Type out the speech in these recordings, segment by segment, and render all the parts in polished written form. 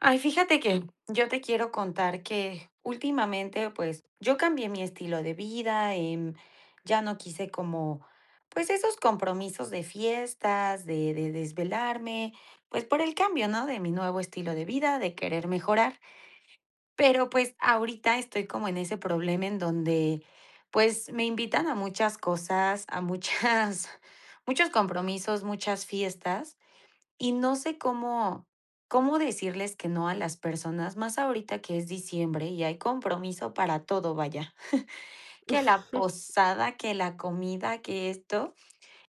Ay, fíjate que yo te quiero contar que últimamente, pues, yo cambié mi estilo de vida, ya no quise como, pues, esos compromisos de fiestas, de desvelarme, pues por el cambio, ¿no? De mi nuevo estilo de vida, de querer mejorar. Pero pues ahorita estoy como en ese problema en donde, pues, me invitan a muchas cosas, a muchas, muchos compromisos, muchas fiestas. Y no sé cómo decirles que no a las personas, más ahorita que es diciembre y hay compromiso para todo, vaya, que la posada, que la comida, que esto,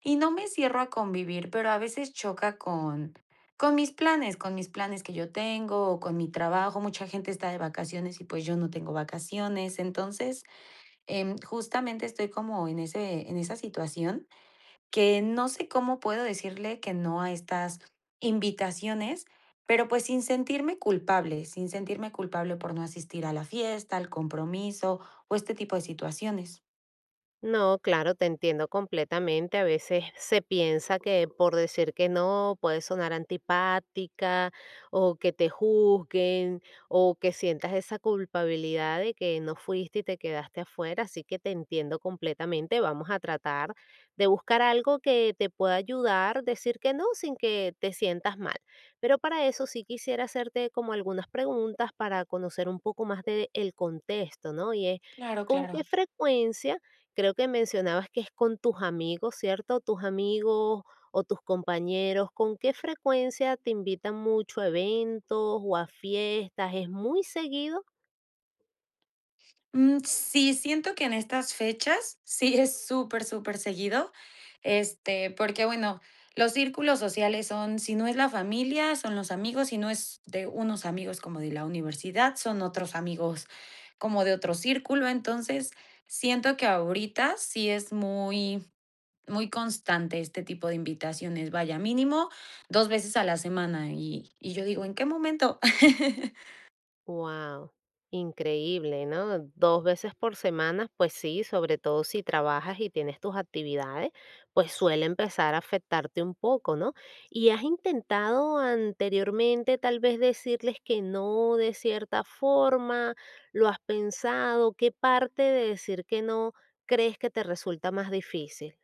y no me cierro a convivir, pero a veces choca con mis planes, con mis planes que yo tengo o con mi trabajo. Mucha gente está de vacaciones y, pues, yo no tengo vacaciones. Entonces, justamente estoy como en esa situación que no sé cómo puedo decirle que no a estas invitaciones, pero pues sin sentirme culpable, sin sentirme culpable por no asistir a la fiesta, al compromiso o este tipo de situaciones. No, claro, te entiendo completamente. A veces se piensa que por decir que no puede sonar antipática o que te juzguen o que sientas esa culpabilidad de que no fuiste y te quedaste afuera. Así que te entiendo completamente. Vamos a tratar de buscar algo que te pueda ayudar, decir que no sin que te sientas mal. Pero para eso sí quisiera hacerte como algunas preguntas para conocer un poco más del contexto, ¿no? Y es, Claro, ¿con qué claro. frecuencia? Creo que mencionabas que es con tus amigos, ¿cierto? Tus amigos o tus compañeros, ¿con qué frecuencia te invitan mucho a eventos o a fiestas? ¿Es muy seguido? Mm, sí, siento que en estas fechas sí es súper, súper seguido, este, porque, bueno, los círculos sociales son, si no es la familia, son los amigos, si no es de unos amigos como de la universidad, son otros amigos como de otro círculo. Entonces, siento que ahorita sí es muy, muy constante este tipo de invitaciones. Vaya, mínimo 2 veces a la semana. Y yo digo, ¿en qué momento? Wow, increíble, ¿no? 2 veces por semana, pues sí, sobre todo si trabajas y tienes tus actividades, pues suele empezar a afectarte un poco, ¿no? ¿Y has intentado anteriormente tal vez decirles que no de cierta forma? ¿Lo has pensado? ¿Qué parte de decir que no crees que te resulta más difícil?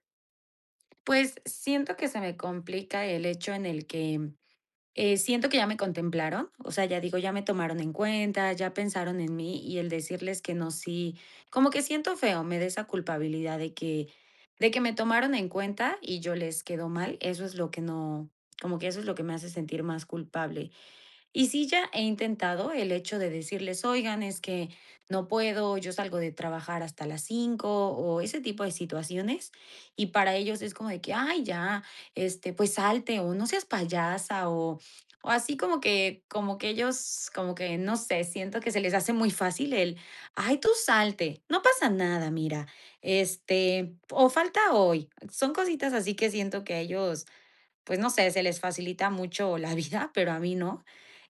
Pues, siento que se me complica el hecho en el que siento que ya me contemplaron, o sea, ya digo, ya me tomaron en cuenta, ya pensaron en mí y el decirles que no, sí, como que siento feo, me da esa culpabilidad de que me tomaron en cuenta y yo les quedo mal, eso es lo que no, como que eso es lo que me hace sentir más culpable. Y sí, ya he intentado el hecho de decirles, oigan, es que no puedo, yo salgo de trabajar hasta las 5 o ese tipo de situaciones. Y para ellos es como de que, ay, ya, este, pues salte o no seas payasa o así como que ellos, como que, no sé, siento que se les hace muy fácil el, ay, tú salte, no pasa nada, mira, este, o falta hoy. Son cositas así que siento que a ellos pues no sé, se les facilita mucho la vida, pero a mí no.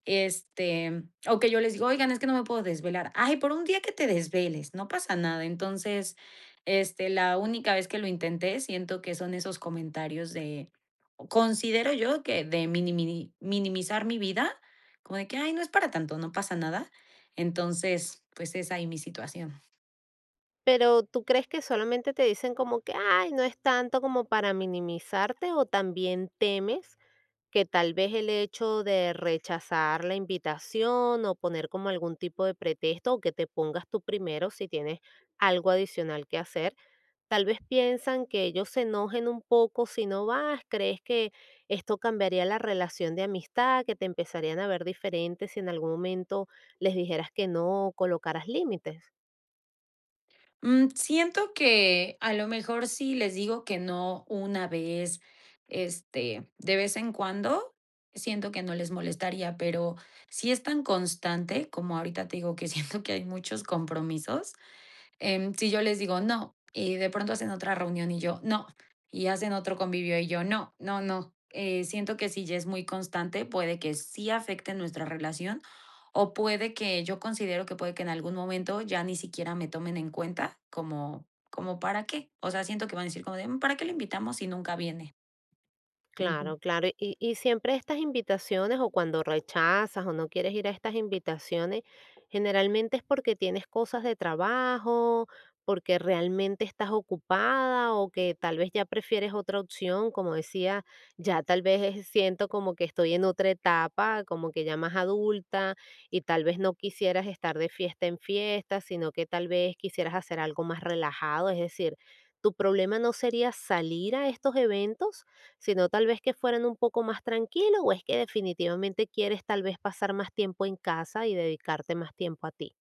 Este, o que yo les digo, oigan, es que no me puedo desvelar. Ay, por un día que te desveles, no pasa nada. Entonces, este, la única vez que lo intenté, siento que son esos comentarios de, o considero yo que de minimizar mi vida, como de que, ay, no es para tanto, no pasa nada. Entonces, pues es ahí mi situación. Pero tú crees que solamente te dicen como que, ay, no es tanto como para minimizarte o también temes que tal vez el hecho de rechazar la invitación o poner como algún tipo de pretexto o que te pongas tú primero si tienes algo adicional que hacer, tal vez piensan que ellos se enojen un poco si no vas, crees que esto cambiaría la relación de amistad, que te empezarían a ver diferente si en algún momento les dijeras que no o colocaras límites. Mm, siento que a lo mejor si les digo que no una vez, este, de vez en cuando, siento que no les molestaría, pero si es tan constante, como ahorita te digo que siento que hay muchos compromisos, si yo les digo: "No", y de pronto hacen otra reunión y yo: "No", y hacen otro convivio y yo: "No, no, no". Siento que si ya es muy constante, puede que sí afecte nuestra relación, o puede que yo considero que puede que en algún momento ya ni siquiera me tomen en cuenta como, ¿para qué? O sea, siento que van a decir como de: "Mm, ¿para qué le invitamos si nunca viene?". Ujú. Claro, claro. Y siempre estas invitaciones o cuando rechazas o no quieres ir a estas invitaciones, generalmente es porque tienes cosas de trabajo, porque realmente estás ocupada o que tal vez ya prefieres otra opción, como decía, ya tal vez siento como que estoy en otra etapa, como que ya más adulta y tal vez no quisieras estar de fiesta en fiesta, sino que tal vez quisieras hacer algo más relajado, es decir, ¿tu problema no sería salir a estos eventos? Sino tal vez que fueran un poco más tranquilos o es que definitivamente quieres tal vez pasar más tiempo en casa y dedicarte más tiempo a ti.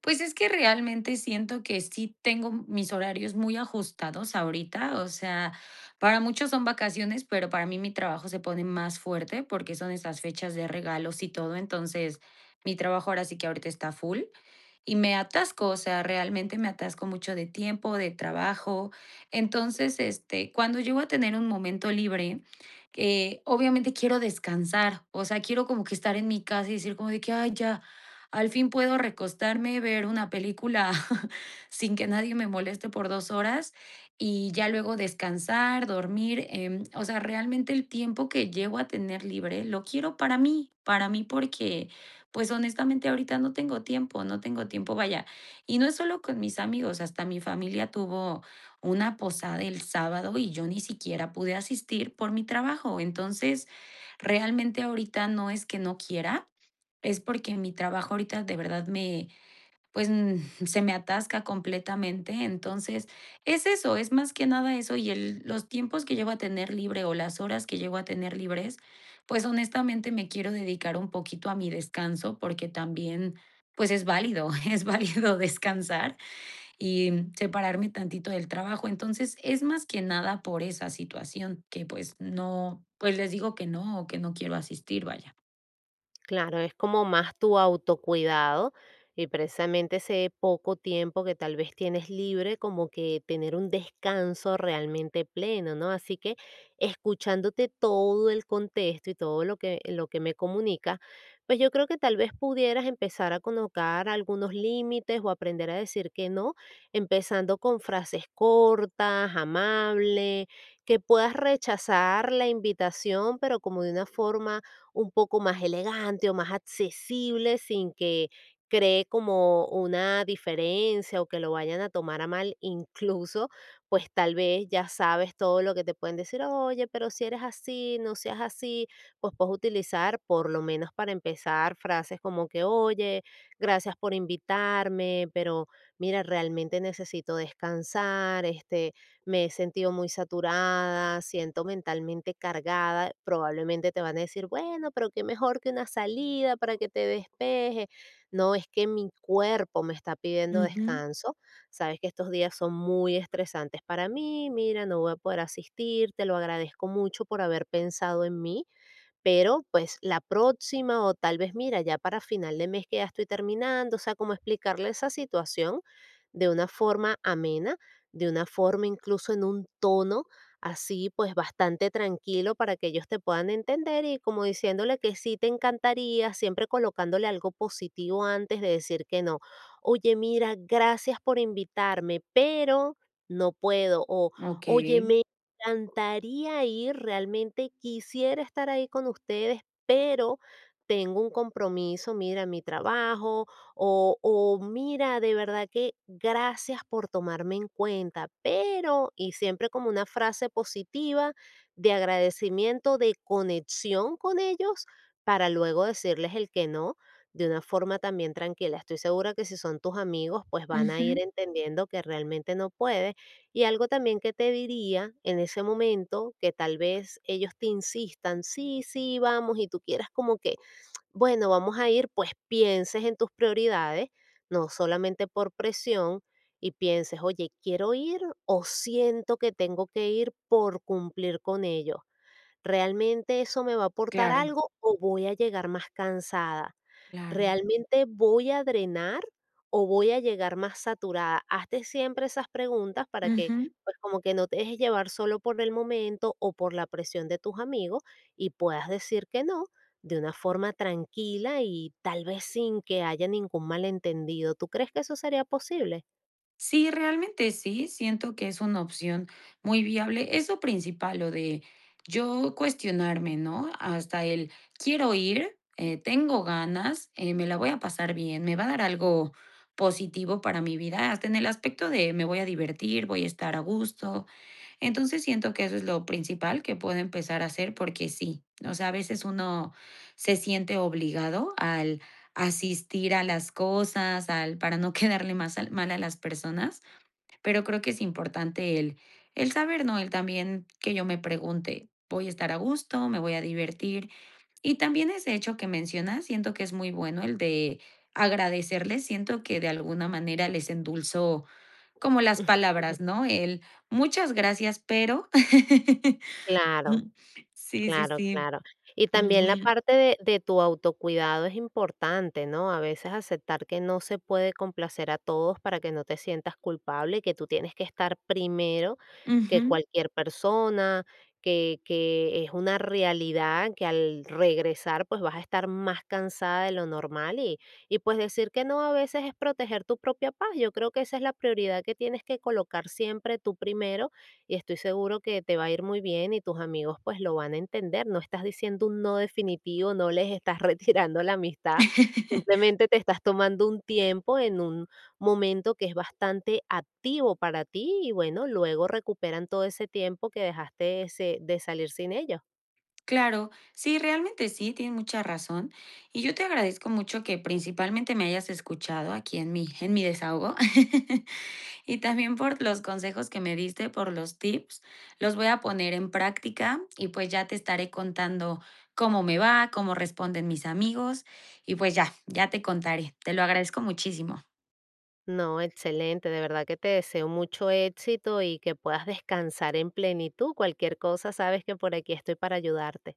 Pues es que realmente siento que sí tengo mis horarios muy ajustados ahorita, o sea, para muchos son vacaciones, pero para mí mi trabajo se pone más fuerte porque son esas fechas de regalos y todo, entonces mi trabajo ahora sí que ahorita está full y me atasco, o sea, realmente me atasco mucho de tiempo, de trabajo. Entonces, este, cuando llego a tener un momento libre, obviamente quiero descansar, o sea, quiero como que estar en mi casa y decir como de que, ay, ya, al fin puedo recostarme, ver una película sin que nadie me moleste por 2 horas y ya luego descansar, dormir. O sea, realmente el tiempo que llego a tener libre lo quiero para mí porque pues honestamente ahorita no tengo tiempo, no tengo tiempo, vaya. Y no es solo con mis amigos, hasta mi familia tuvo una posada el sábado y yo ni siquiera pude asistir por mi trabajo. Entonces, realmente ahorita no es que no quiera, es porque mi trabajo ahorita de verdad me, pues, se me atasca completamente. Entonces, es eso, es más que nada eso, y el los tiempos que llevo a tener libre, o las horas que llevo a tener libres, pues, honestamente, me quiero dedicar un poquito a mi descanso, porque también, pues, es válido, es válido descansar y, separarme tantito del trabajo. Entonces, es más que nada por esa situación que, pues, no, pues, les digo que no, o que no quiero asistir, vaya. Claro, es como más tu autocuidado y precisamente ese poco tiempo que tal vez tienes libre, como que tener un descanso realmente pleno, ¿no? Así que escuchándote todo el contexto y todo lo que me comunica, pues yo creo que tal vez pudieras empezar a colocar algunos límites o aprender a decir que no, empezando con frases cortas, amables, que puedas rechazar la invitación, pero como de una forma un poco más elegante o más accesible sin que cree como una diferencia o que lo vayan a tomar a mal, incluso, pues tal vez ya sabes todo lo que te pueden decir, oye, pero si eres así, no seas así, pues puedes utilizar, por lo menos para empezar, frases como que, oye, gracias por invitarme, pero mira, realmente necesito descansar, este, me he sentido muy saturada, siento mentalmente cargada, probablemente te van a decir, bueno, pero qué mejor que una salida para que te despeje. No, es que mi cuerpo me está pidiendo Ujú. descanso. Sabes que estos días son muy estresantes para mí, mira, no voy a poder asistir, te lo agradezco mucho por haber pensado en mí, pero pues la próxima o tal vez mira, ya para final de mes que ya estoy terminando, o sea, como explicarle esa situación de una forma amena, de una forma incluso en un tono así pues bastante tranquilo para que ellos te puedan entender y como diciéndole que sí te encantaría, siempre colocándole algo positivo antes de decir que no. Oye, mira, gracias por invitarme, pero no puedo. O Okey. oye, encantaría ir, realmente quisiera estar ahí con ustedes, pero tengo un compromiso, mira, mi trabajo, o mira, de verdad que gracias por tomarme en cuenta, pero, y siempre como una frase positiva de agradecimiento, de conexión con ellos, para luego decirles el que no. De una forma también tranquila. Estoy segura que si son tus amigos, pues van a ir Ujú. entendiendo que realmente no puedes. Y algo también que te diría en ese momento, que tal vez ellos te insistan, sí, sí, vamos, y tú quieras como que, bueno, vamos a ir, pues pienses en tus prioridades, no solamente por presión, y pienses, oye, quiero ir o siento que tengo que ir por cumplir con ellos. ¿Realmente eso me va a aportar Claro, algo o voy a llegar más cansada? claro. ¿Realmente voy a drenar o voy a llegar más saturada? Hazte siempre esas preguntas para que, Ujú. pues como que no te dejes llevar solo por el momento o por la presión de tus amigos y puedas decir que no de una forma tranquila y tal vez sin que haya ningún malentendido. ¿Tú crees que eso sería posible? Sí, realmente sí, siento que es una opción muy viable. Eso principal, lo de yo cuestionarme, ¿no? Hasta el quiero ir, tengo ganas, me la voy a pasar bien, me va a dar algo positivo para mi vida, hasta en el aspecto de me voy a divertir, voy a estar a gusto, entonces siento que eso es lo principal que puedo empezar a hacer porque sí, o sea, a veces uno se siente obligado al asistir a las cosas, al para no quedarle más mal a las personas, pero creo que es importante el saber, ¿no? El también que yo me pregunte, voy a estar a gusto, me voy a divertir. Y también ese hecho que mencionas, siento que es muy bueno el de agradecerles, siento que de alguna manera les endulzó como las palabras, ¿no? El muchas gracias, pero Claro. Ujú. Sí, sí, Claro, sí. claro. Y también la Ujú, parte de tu autocuidado es importante, ¿no? A veces aceptar que no se puede complacer a todos para que no te sientas culpable y que tú tienes que estar primero que ujú. cualquier persona, que es una realidad que al regresar, pues, vas a estar más cansada de lo normal y, pues, decir que no a veces es proteger tu propia paz. Yo creo que esa es la prioridad que tienes que colocar siempre tú primero y estoy seguro que te va a ir muy bien y tus amigos pues lo van a entender. No estás diciendo un no definitivo, no les estás retirando la amistad, simplemente te estás tomando un tiempo en un momento que es bastante activo para ti y bueno, luego recuperan todo ese tiempo que dejaste de salir sin ellos. Claro, sí, realmente sí, tienes mucha razón. Y yo te agradezco mucho que principalmente me hayas escuchado aquí en mi desahogo, y también por los consejos que me diste, por los tips. Los voy a poner en práctica y, pues, ya te estaré contando cómo me va, cómo responden mis amigos y, pues, ya, ya te contaré. Te lo agradezco muchísimo. No, excelente, de verdad que te deseo mucho éxito y que puedas descansar en plenitud. Cualquier cosa, sabes que por aquí estoy para ayudarte.